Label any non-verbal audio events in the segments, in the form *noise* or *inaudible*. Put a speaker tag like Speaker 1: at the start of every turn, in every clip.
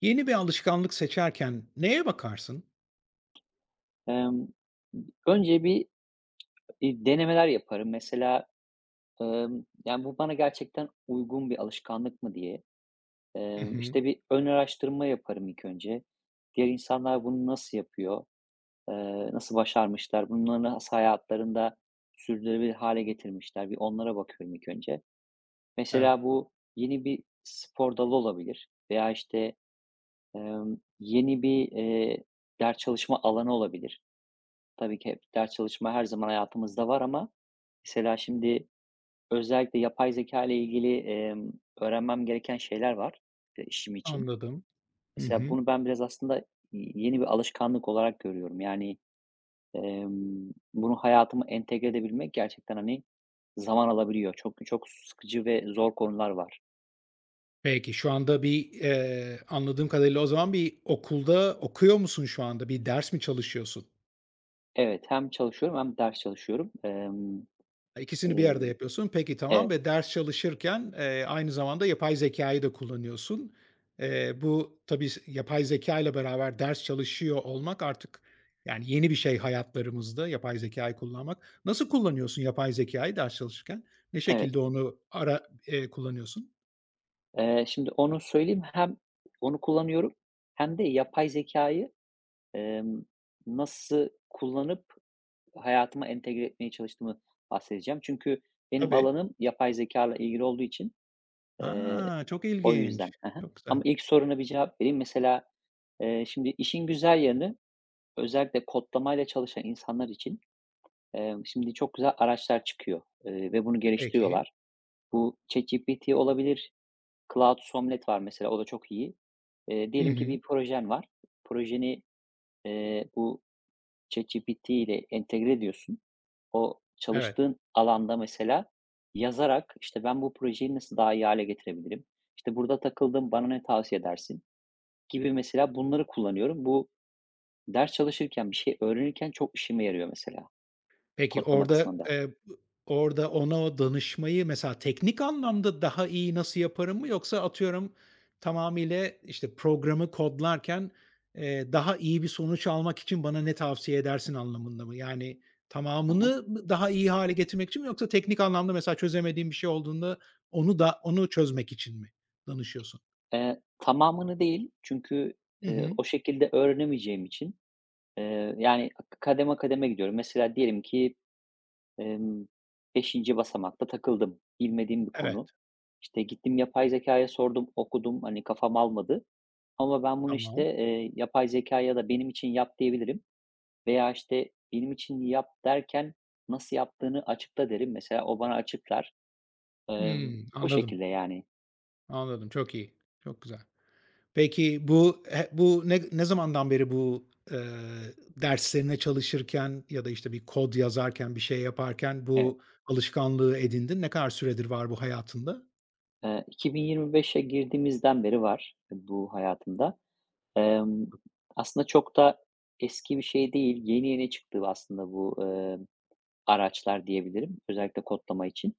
Speaker 1: Yeni bir alışkanlık seçerken neye bakarsın?
Speaker 2: Emm, önce bir, denemeler yaparım. Mesela, yani, bu bana gerçekten uygun bir alışkanlık mı diye.
Speaker 1: Hı hı.
Speaker 2: İşte, bir ön araştırma yaparım ilk önce. Diğer insanlar bunu nasıl yapıyor? Nasıl başarmışlar? Bunları nasıl hayatlarında sürdürülebilir hâle getirmişler? Bir onlara bakıyorum ilk önce.
Speaker 1: Evet.
Speaker 2: Mesela bu yeni bir spor dalı olabilir veya, işte, yeni bir, ders çalışma alanı olabilir. Tabii ki hep ders çalışma her zaman hayatımızda var ama mesela şimdi özellikle yapay zekâ ile ilgili, öğrenmem gereken şeyler var, işim için.
Speaker 1: Anladım. Hı
Speaker 2: Mesela
Speaker 1: hı.
Speaker 2: bunu ben biraz aslında yeni bir alışkanlık olarak görüyorum. Yani, bunu hayatıma entegre edebilmek gerçekten, hani, zaman alabiliyor. Çok çok sıkıcı ve zor konular var.
Speaker 1: Peki, şu anda bir, anladığım kadarıyla o zaman bir okulda okuyor musun şu anda? Bir ders mi çalışıyorsun?
Speaker 2: Evet, hem çalışıyorum hem ders çalışıyorum.
Speaker 1: İkisini bir
Speaker 2: Eee,
Speaker 1: arada yapıyorsun. Peki, tamam
Speaker 2: evet,
Speaker 1: ve ders çalışırken, aynı zamanda yapay zekayı da kullanıyorsun. Bu tabii yapay zeka ile beraber ders çalışıyor olmak artık, yani, yeni bir şey hayatlarımızda yapay zekayı kullanmak. Nasıl kullanıyorsun yapay zekayı ders çalışırken? Ne
Speaker 2: evet.
Speaker 1: şekilde onu ara kullanıyorsun?
Speaker 2: Şimdi onu söyleyeyim. Hem onu kullanıyorum hem de yapay zekâyı Emm, nasıl kullanıp hayatıma entegre etmeye çalıştığımı bahsedeceğim. Çünkü benim
Speaker 1: Tabii.
Speaker 2: alanım yapay zeka ile ilgili olduğu için, eee,
Speaker 1: A! Çok
Speaker 2: o
Speaker 1: ilginç.
Speaker 2: yüzden. Hı.
Speaker 1: Çok
Speaker 2: Ama
Speaker 1: güzel.
Speaker 2: ilk soruna bir cevap vereyim. Mesela, şimdi işin güzel yanı özellikle kodlamayla çalışan insanlar için, şimdi çok güzel araçlar çıkıyor, ve bunu
Speaker 1: Peki.
Speaker 2: geliştiriyorlar. Bu ChatGPT olabilir, Claude somlet var mesela, o da çok iyi.
Speaker 1: Hı
Speaker 2: Diyelim ki
Speaker 1: hı.
Speaker 2: bir projen var. Projeni, bu ChatGPT ile entegre ediyorsun. O
Speaker 1: Evet.
Speaker 2: çalıştığın alanda mesela yazarak, işte, "Ben bu projeyi nasıl daha iyi hale getirebilirim? İşte, burada takıldım, bana ne tavsiye edersin?" gibi mesela bunları kullanıyorum. Bu ders çalışırken, bir şey öğrenirken çok işime yarıyor mesela
Speaker 1: Peki
Speaker 2: kodlama
Speaker 1: orada,
Speaker 2: kısmında.
Speaker 1: orada ona o danışmayı mesela teknik anlamda daha iyi nasıl yaparım mı yoksa atıyorum tamamıyla, işte, programı kodlarken, daha iyi bir sonuç almak için bana ne tavsiye edersin anlamında mı? Yani
Speaker 2: Hı hı.
Speaker 1: tamamını mı daha iyi hale getirmek için mi yoksa teknik anlamda mesela çözemediğim bir şey olduğunda onu çözmek için mi danışıyorsun?
Speaker 2: Tamamını değil çünkü,
Speaker 1: Hı hı.
Speaker 2: o şekilde öğrenemeyeceğim için, yani, kademe kademe gidiyorum. Mesela diyelim ki Emm, 5'inci basamakta takıldım. Bilmediğim bir
Speaker 1: Evet,
Speaker 2: konu. İşte, gittim yapay zekaya sordum, okudum, hani, kafam almadı ama ben bunu, işte,
Speaker 1: tamam.
Speaker 2: yapay zekaya da benim için yap diyebilirim veya, işte, benim için yap derken nasıl yaptığını açıkla derim. Mesela o bana açıklar. Emm,
Speaker 1: Hımm,
Speaker 2: Bu
Speaker 1: anladım,
Speaker 2: şekilde yani.
Speaker 1: anladım. Çok iyi, çok güzel. Peki bu ne zamandan beri bu, derslerine çalışırken ya da, işte, bir kod yazarken, bir şey yaparken
Speaker 2: Evet.
Speaker 1: bu alışkanlığı edindin? Ne kadar süredir var bu hayatında?
Speaker 2: 2025'e girdiğimizden beri var bu hayatımda. Emm, Aslında çok da eski bir şey değil. Yeni yeni çıktı aslında bu, araçlar diyebilirim, özellikle kodlama için.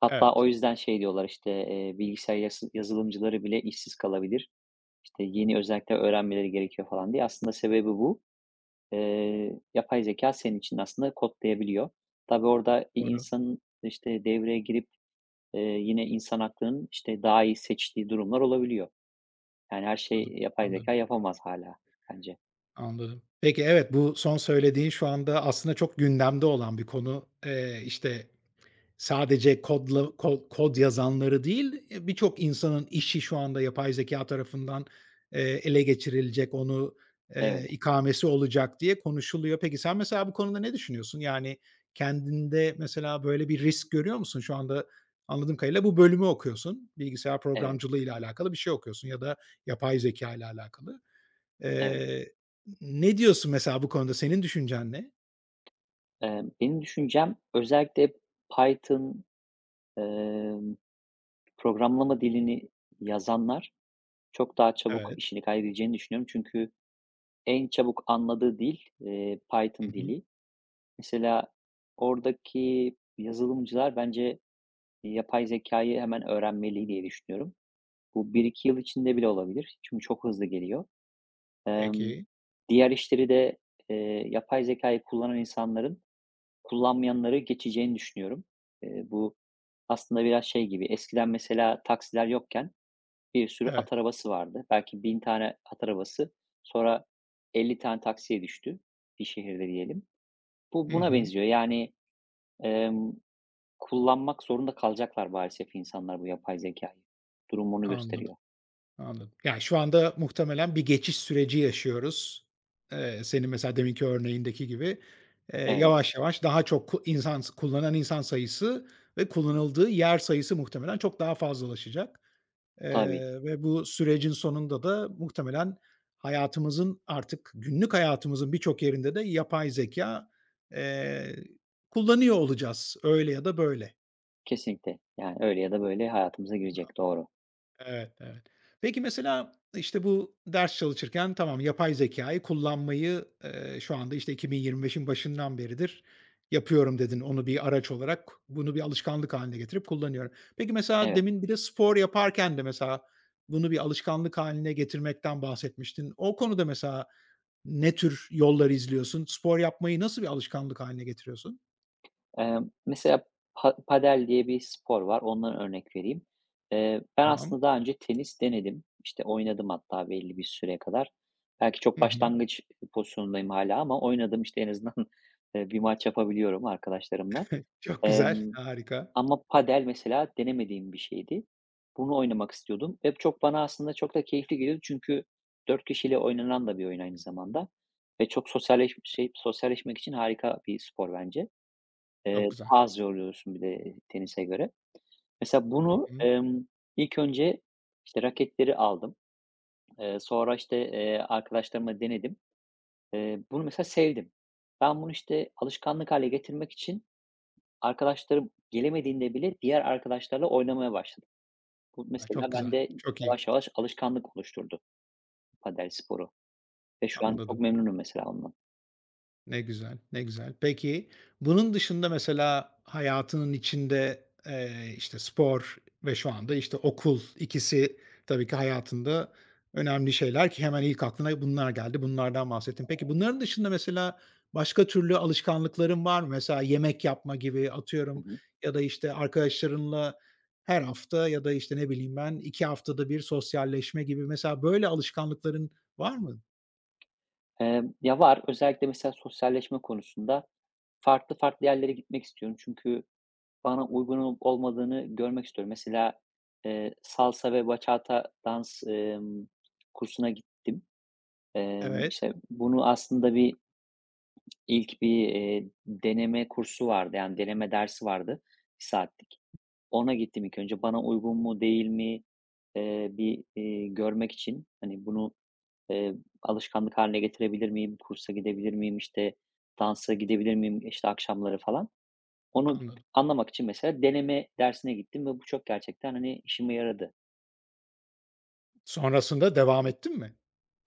Speaker 2: Hatta o
Speaker 1: Evet,
Speaker 2: yüzden şey diyorlar, işte, bilgisayar yası yazılımcıları bile işsiz kalabilir. İşte, yeni özellikler öğrenmeleri gerekiyor falan diye. Aslında sebebi bu. Yapay zeka senin için aslında kodlayabiliyor. Tabii orada bir
Speaker 1: doğru.
Speaker 2: insanın, işte, devreye girip, yine insan aklının, işte, daha iyi seçtiği durumlar olabiliyor. Yani her şey
Speaker 1: Anladım,
Speaker 2: yapay zeka
Speaker 1: anladım,
Speaker 2: yapamaz hala bence.
Speaker 1: anladım. Peki, evet, bu son söylediğin şu anda aslında çok gündemde olan bir konu. İşte, sadece kod yazanları değil, birçok insanın işi şu anda yapay zeka tarafından, ele geçirilecek, onu,
Speaker 2: Evet,
Speaker 1: ikamesi olacak diye konuşuluyor. Peki sen mesela bu konuda ne düşünüyorsun? Yani kendinde mesela böyle bir risk görüyor musun? Şu anda anladığım kadarıyla bu bölümü okuyorsun. Bilgisayar
Speaker 2: evet,
Speaker 1: programcılığı ile alakalı bir şey okuyorsun ya da yapay zeka ile alakalı.
Speaker 2: evet.
Speaker 1: Eee, ne diyorsun mesela bu konuda? Senin düşüncen ne?
Speaker 2: Benim düşüncem özellikle Python, emm programlama dilini yazanlar çok daha çabuk
Speaker 1: Evet.
Speaker 2: işini kaybedeceğini düşünüyorum. Çünkü en çabuk anladığı dil,
Speaker 1: Hı
Speaker 2: Python
Speaker 1: hı.
Speaker 2: dili. Mesela oradaki yazılımcılar bence yapay zekayı hemen öğrenmeli diye düşünüyorum. Bu 1-2 yıl içinde bile olabilir. Çünkü çok hızlı geliyor. Emm,
Speaker 1: Peki.
Speaker 2: Diğer işleri de, yapay zekayı kullanan insanların kullanmayanları geçeceğini düşünüyorum. Bu aslında biraz şey gibi, eskiden mesela taksiler yokken bir sürü at
Speaker 1: Evet.
Speaker 2: arabası vardı. Belki 1.000 tane at arabası. Sonra 50 tane taksiye düştü bir şehirde diyelim. Bu
Speaker 1: Hı
Speaker 2: buna
Speaker 1: hı.
Speaker 2: benziyor. Yani, emm, kullanmak zorunda kalacaklar maalesef insanlar bu yapay zekayı. Durum bunu
Speaker 1: Anladım.
Speaker 2: gösteriyor.
Speaker 1: Anladım. Yani, şu anda muhtemelen bir geçiş süreci yaşıyoruz. Senin mesela deminki örneğindeki gibi,
Speaker 2: Evet,
Speaker 1: yavaş yavaş daha çok ku insan s kullanan insan sayısı ve kullanıldığı yer sayısı muhtemelen çok daha fazlalaşacak,
Speaker 2: tabii,
Speaker 1: ve bu sürecin sonunda da muhtemelen hayatımızın artık günlük hayatımızın birçok yerinde de yapay zeka eee, kullanıyor olacağız öyle ya da böyle.
Speaker 2: kesinlikle. Yani öyle ya da böyle hayatımıza girecek, doğru.
Speaker 1: Evet, evet. Peki mesela, işte, bu ders çalışırken tamam, yapay zekayı kullanmayı, şu anda, işte, 2025'in başından beridir yapıyorum dedin. Onu bir araç olarak, bunu bir alışkanlık haline getirip kullanıyorum. Peki mesela
Speaker 2: Evet.
Speaker 1: demin bir de spor yaparken de mesela bunu bir alışkanlık haline getirmekten bahsetmiştin. O konuda mesela ne tür yollar izliyorsun? Spor yapmayı nasıl bir alışkanlık haline getiriyorsun?
Speaker 2: Eee, Mesela padel diye bir spor var, ondan örnek vereyim. Ben
Speaker 1: Tamam.
Speaker 2: aslında daha önce tenis denedim. İşte oynadım hatta belli bir süreye kadar. Belki
Speaker 1: Hı
Speaker 2: çok
Speaker 1: hı.
Speaker 2: başlangıç pozisyonundayım hala ama oynadım, işte, en azından, *laughs* bir maç yapabiliyorum arkadaşlarımla.
Speaker 1: Çok güzel,
Speaker 2: Emm,
Speaker 1: harika.
Speaker 2: Ama padel mesela denemediğim bir şeydi. Bunu oynamak istiyordum ve çok bana aslında çok da keyifli geliyordu çünkü 4 kişiyle oynanan da bir oyun aynı zamanda ve çok sosyalleşmek için harika bir spor bence.
Speaker 1: Çok güzel.
Speaker 2: Daha az yoruluyorsun bir de tenise göre. Mesela
Speaker 1: Hı
Speaker 2: bunu,
Speaker 1: hı.
Speaker 2: ilk önce, işte, raketleri aldım. Sonra, işte, arkadaşlarımla denedim. Bunu mesela sevdim. Ben bunu, işte, alışkanlık hâle getirmek için arkadaşlarım gelemediğinde bile diğer arkadaşlarla oynamaya başladım. Bu
Speaker 1: A, çok
Speaker 2: mesela
Speaker 1: güzel,
Speaker 2: bende
Speaker 1: çok iyi.
Speaker 2: yavaş yavaş alışkanlık oluşturdu padel sporu ve şu an çok
Speaker 1: Anladım.
Speaker 2: memnunum mesela ondan.
Speaker 1: Ne güzel, ne güzel. Peki, bunun dışında mesela hayatının içinde, işte, spor ve şu anda, işte, okul ikisi tabii ki hayatında önemli şeyler ki hemen ilk aklına bunlar geldi. Bunlardan bahsettim. Peki, bunların dışında mesela başka türlü alışkanlıkların var mı? Mesela yemek yapma gibi
Speaker 2: Hı
Speaker 1: atıyorum
Speaker 2: hı.
Speaker 1: ya da, işte, arkadaşlarınla her hafta ya da, işte, ne bileyim ben 2 haftada bir sosyalleşme gibi mesela böyle alışkanlıkların var mı?
Speaker 2: Ya, var. Özellikle mesela sosyalleşme konusunda farklı farklı yerlere gitmek istiyorum çünkü bana uygun olup olmadığını görmek istiyorum. Mesela, salsa ve bachata dans, kursuna gittim.
Speaker 1: Evet,
Speaker 2: İşte, bunu aslında ilk bir, deneme kursu vardı, yani, deneme dersi vardı 1 saatlik. Ona gittim ilk önce. Bana uygun mu değil mi, bir, görmek için, hani, bunu, eee, alışkanlık haline getirebilir miyim, kursa gidebilir miyim, işte, dansa gidebilir miyim, işte, akşamları falan. Onu
Speaker 1: anladım.
Speaker 2: anlamak için mesela deneme dersine gittim ve bu çok gerçekten, hani, işime yaradı.
Speaker 1: Sonrasında devam ettin mi?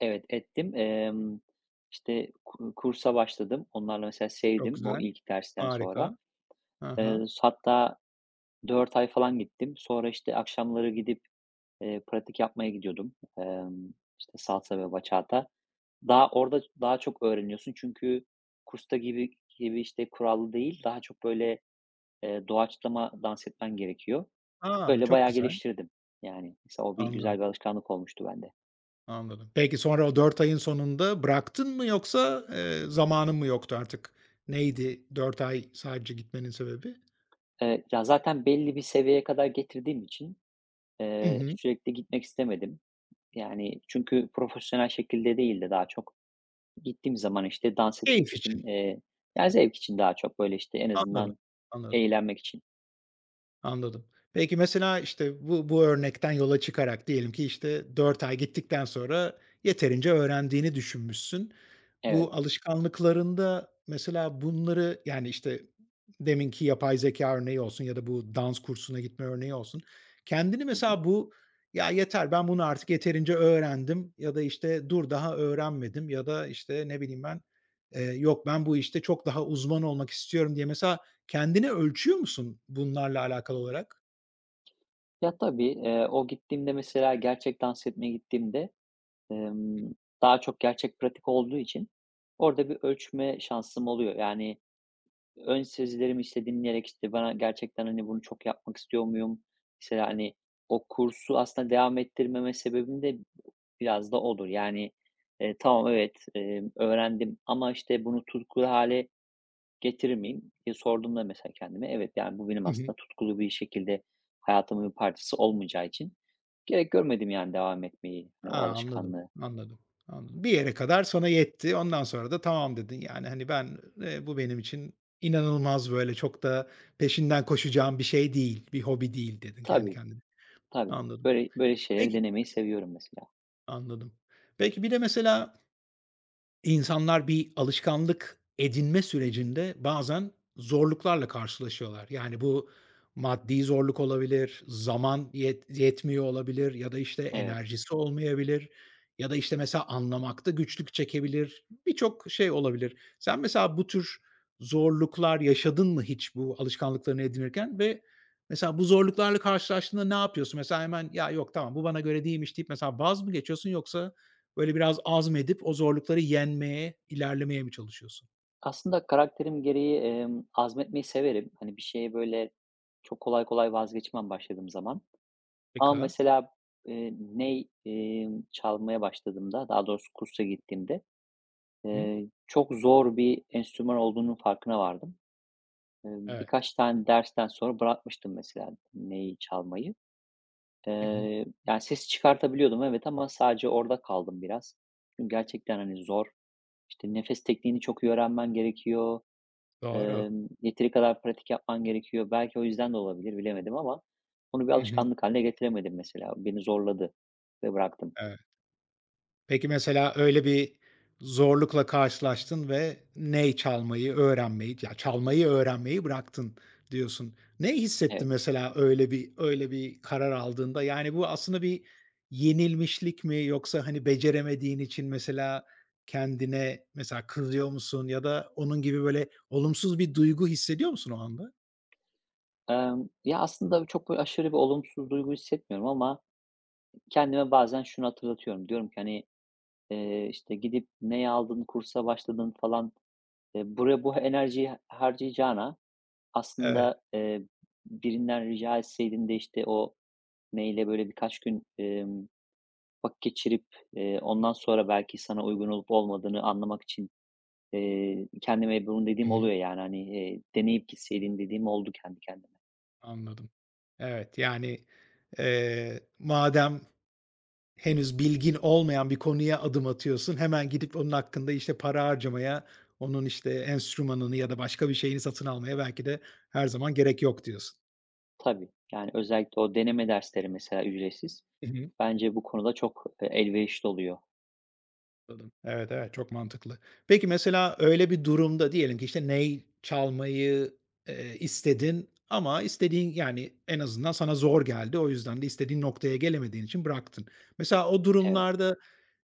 Speaker 2: Evet, ettim. İşte, kursa başladım. Onlarla mesela
Speaker 1: Çok
Speaker 2: sevdim o
Speaker 1: güzel,
Speaker 2: ilk dersten
Speaker 1: harika.
Speaker 2: sonra.
Speaker 1: Hı hı.
Speaker 2: Hatta 4 ay falan gittim. Sonra, işte, akşamları gidip, pratik yapmaya gidiyordum. İşte, salsa ve bachata. Daha orada daha çok öğreniyorsun çünkü kursta gibi gibi, işte, kurallı değil, daha çok böyle, doğaçlama dans etmen gerekiyor.
Speaker 1: A!
Speaker 2: Böyle
Speaker 1: Çok
Speaker 2: bayağı
Speaker 1: güzel.
Speaker 2: geliştirdim. Yani, mesela o bir
Speaker 1: Anladım,
Speaker 2: güzel bir alışkanlık olmuştu bende.
Speaker 1: anladım. Peki, sonra o 4 ayın sonunda bıraktın mı yoksa, zamanın mı yoktu artık? Neydi dört ay sadece gitmenin sebebi?
Speaker 2: Ya, zaten belli bir seviyeye kadar getirdiğim için,
Speaker 1: Hı hı.
Speaker 2: sürekli gitmek istemedim. Yani, çünkü profesyonel şekilde değil de daha çok. Gittiğim zaman, işte, dans etmek
Speaker 1: Keyif
Speaker 2: için,
Speaker 1: için.
Speaker 2: yani, zevk için daha çok, böyle, işte, en
Speaker 1: Anladım,
Speaker 2: azından
Speaker 1: anladım.
Speaker 2: eğlenmek için.
Speaker 1: Anladım. Peki, mesela, işte, bu örnekten yola çıkarak diyelim ki, işte, 4 ay gittikten sonra yeterince öğrendiğini düşünmüşsün.
Speaker 2: Evet.
Speaker 1: Bu alışkanlıklarında mesela bunları, yani, işte, deminki yapay zeka örneği olsun ya da bu dans kursuna gitme örneği olsun, kendini
Speaker 2: Hı hı.
Speaker 1: mesela bu, "Ya, yeter, ben bunu artık yeterince öğrendim." ya da, işte, "Dur, daha öğrenmedim." ya da, işte, ne bileyim ben, "Yok, ben bu işte çok daha uzman olmak istiyorum." diye mesela kendini ölçüyor musun bunlarla alakalı olarak?
Speaker 2: Ya, tabii, o gittiğimde mesela gerçek dans etmeye gittiğimde, emm, daha çok gerçek pratik olduğu için orada bir ölçme şansım oluyor. Yani, ön sezilerimi, işte, dinleyerek, işte, bana gerçekten, hani, bunu çok yapmak istiyor muyum? Mesela, hani, o kursu aslında devam ettirmeme sebebim de biraz da olur. Yani, tamam, evet, öğrendim ama, işte, bunu tutkulu hale getirir miyim diye sorduğumda mesela kendime, evet, yani, bu benim aslında tutkulu bir şekilde hayatımın bir parçası olmayacağı için gerek görmedim, yani, devam etmeyi, hani,
Speaker 1: A,
Speaker 2: o
Speaker 1: anladım,
Speaker 2: alışkanlığı.
Speaker 1: anladım, anladım. Bir yere kadar sana yetti. Ondan sonra da tamam dedin. Yani, hani, ben, bu benim için inanılmaz, böyle, çok da peşinden koşacağım bir şey değil, bir hobi değil dedin kendi
Speaker 2: Tabii,
Speaker 1: kendine.
Speaker 2: tabii.
Speaker 1: Anladım.
Speaker 2: Böyle böyle şeyleri
Speaker 1: Peki
Speaker 2: denemeyi seviyorum mesela.
Speaker 1: anladım. Peki bir de mesela İnsanlar bir alışkanlık edinme sürecinde bazen zorluklarla karşılaşıyorlar. Yani bu maddi zorluk olabilir, zaman yet yetmiyor olabilir ya da, işte,
Speaker 2: Evet.
Speaker 1: enerjisi olmayabilir ya da, işte, mesela anlamakta güçlük çekebilir. Birçok şey olabilir. Sen mesela bu tür zorluklar yaşadın mı hiç bu alışkanlıklarını edinirken ve mesela bu zorluklarla karşılaştığında ne yapıyorsun? Mesela hemen, "Ya, yok, tamam, bu bana göre değilmiş." deyip mesela vaz mı geçiyorsun yoksa böyle biraz azmedip o zorlukları yenmeye, ilerlemeye mi çalışıyorsun?
Speaker 2: Aslında karakterim gereği, azmetmeyi severim. Hani, bir şeye, böyle, çok kolay kolay vazgeçmem başladığım zaman. Ama
Speaker 1: Peka.
Speaker 2: mesela, ney, çalmaya başladığımda, daha doğrusu kursa gittiğimde,
Speaker 1: Hı?
Speaker 2: çok zor bir enstrüman olduğunun farkına vardım.
Speaker 1: Evet.
Speaker 2: Birkaç tane dersten sonra bırakmıştım mesela neyi çalmayı.
Speaker 1: Hı hı.
Speaker 2: Yani, sesi çıkartabiliyordum evet ama sadece orada kaldım biraz. Çünkü gerçekten, hani, zor. İşte, nefes tekniğini çok iyi öğrenmen gerekiyor.
Speaker 1: Doğru.
Speaker 2: Yeteri kadar pratik yapman gerekiyor. Belki o yüzden de olabilir, bilemedim ama onu bir
Speaker 1: Hı hı.
Speaker 2: alışkanlık haline getiremedim mesela. Beni zorladı ve bıraktım.
Speaker 1: Evet. Peki mesela öyle bir zorlukla karşılaştın ve ney çalmayı öğrenmeyi, ya, çalmayı öğrenmeyi bıraktın diyorsun. Ne hissettin
Speaker 2: Evet.
Speaker 1: mesela öyle bir karar aldığında? Yani bu aslında bir yenilmişlik mi yoksa, hani, beceremediğin için mesela kendine mesela kızıyor musun ya da onun gibi böyle olumsuz bir duygu hissediyor musun o anda?
Speaker 2: Ya, aslında çok böyle aşırı bir olumsuz duygu hissetmiyorum ama kendime bazen şunu hatırlatıyorum. Diyorum ki, hani, işte, gidip neye aldın, kursa başladın falan, buraya bu enerjiyi harcayacağına
Speaker 1: Evet.
Speaker 2: aslında, birinden rica etseydin de, işte, o mail'e böyle birkaç gün, vakit geçirip, ondan sonra belki sana uygun olup olmadığını anlamak için, kendime bunu
Speaker 1: Hı
Speaker 2: dediğim
Speaker 1: hı.
Speaker 2: oluyor yani, hani, deneyip gitseydin dediğim oldu kendi kendime.
Speaker 1: Anladım. Evet, yani, madem henüz bilgin olmayan bir konuya adım atıyorsun, hemen gidip onun hakkında, işte, para harcamaya, onun, işte, enstrümanını ya da başka bir şeyini satın almaya belki de her zaman gerek yok diyorsun.
Speaker 2: Tabii, yani özellikle o deneme dersleri mesela ücretsiz.
Speaker 1: Hı hı.
Speaker 2: Bence bu konuda çok, elverişli oluyor.
Speaker 1: Anladım. Evet, evet, çok mantıklı. Peki, mesela öyle bir durumda diyelim ki, işte, ney çalmayı, istedin ama istediğin, yani, en azından sana zor geldi. O yüzden de istediğin noktaya gelemediğin için bıraktın. Mesela o
Speaker 2: Evet.
Speaker 1: durumlarda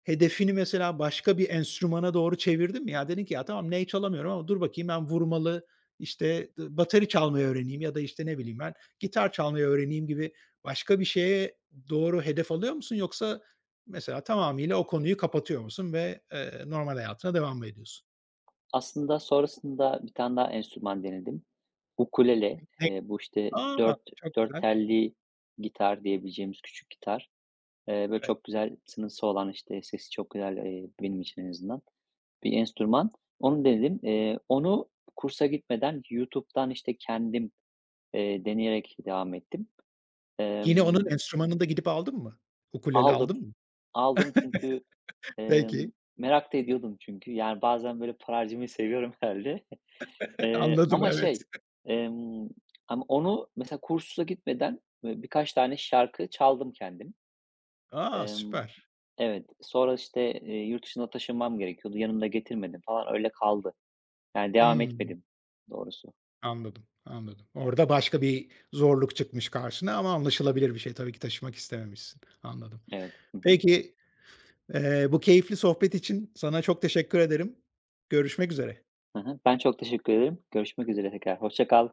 Speaker 1: hedefini mesela başka bir enstrümana doğru çevirdin mi? Ya, dedin ki, "Ya, tamam, ney çalamıyorum ama dur bakayım ben vurmalı, işte, bateri çalmayı öğreneyim ya da, işte, ne bileyim ben, gitar çalmayı öğreneyim." gibi başka bir şeye doğru hedef alıyor musun yoksa mesela tamamıyla o konuyu kapatıyor musun ve, normal hayatına devam mı ediyorsun?
Speaker 2: Aslında sonrasında bir tane daha enstrüman denedim. Ukulele.
Speaker 1: Ne.
Speaker 2: Bu işte
Speaker 1: A!
Speaker 2: dört
Speaker 1: Çok
Speaker 2: dört
Speaker 1: güzel.
Speaker 2: telli gitar diyebileceğimiz küçük gitar. Böyle
Speaker 1: Evet.
Speaker 2: çok güzel tınısı olan, işte, sesi çok güzel, benim için en azından. Bir enstrüman. Onu denedim. Onu kursa gitmeden YouTube'dan, işte, kendim, deneyerek devam ettim.
Speaker 1: Yine onun
Speaker 2: Emm,
Speaker 1: enstrümanını da gidip aldın mı? Ukulele
Speaker 2: Aldım.
Speaker 1: aldın mı?
Speaker 2: Aldım çünkü, emm,
Speaker 1: Peki.
Speaker 2: merak da ediyordum çünkü. Yani, bazen, böyle, para harcamayı seviyorum *laughs* herhâlde.
Speaker 1: *laughs*
Speaker 2: Eee,
Speaker 1: Anladım,
Speaker 2: ama
Speaker 1: evet.
Speaker 2: şey, emm, Ama onu mesela kursa gitmeden, birkaç tane şarkı çaldım kendim.
Speaker 1: A!
Speaker 2: Emm,
Speaker 1: Süper.
Speaker 2: evet, sonra, işte, yurt dışına taşınmam gerekiyordu. Yanımda getirmedim falan. Öyle kaldı. Yani, devam
Speaker 1: Hıı.
Speaker 2: etmedim doğrusu.
Speaker 1: Anladım, anladım. Orada başka bir zorluk çıkmış karşına ama anlaşılabilir bir şey. Tabii ki taşımak istememişsin. Anladım.
Speaker 2: Evet. Hı hı.
Speaker 1: Peki, bu keyifli sohbet için sana çok teşekkür ederim. Görüşmek üzere.
Speaker 2: Hı hı. Ben çok teşekkür ederim. Görüşmek üzere tekrar. Hoşça kal.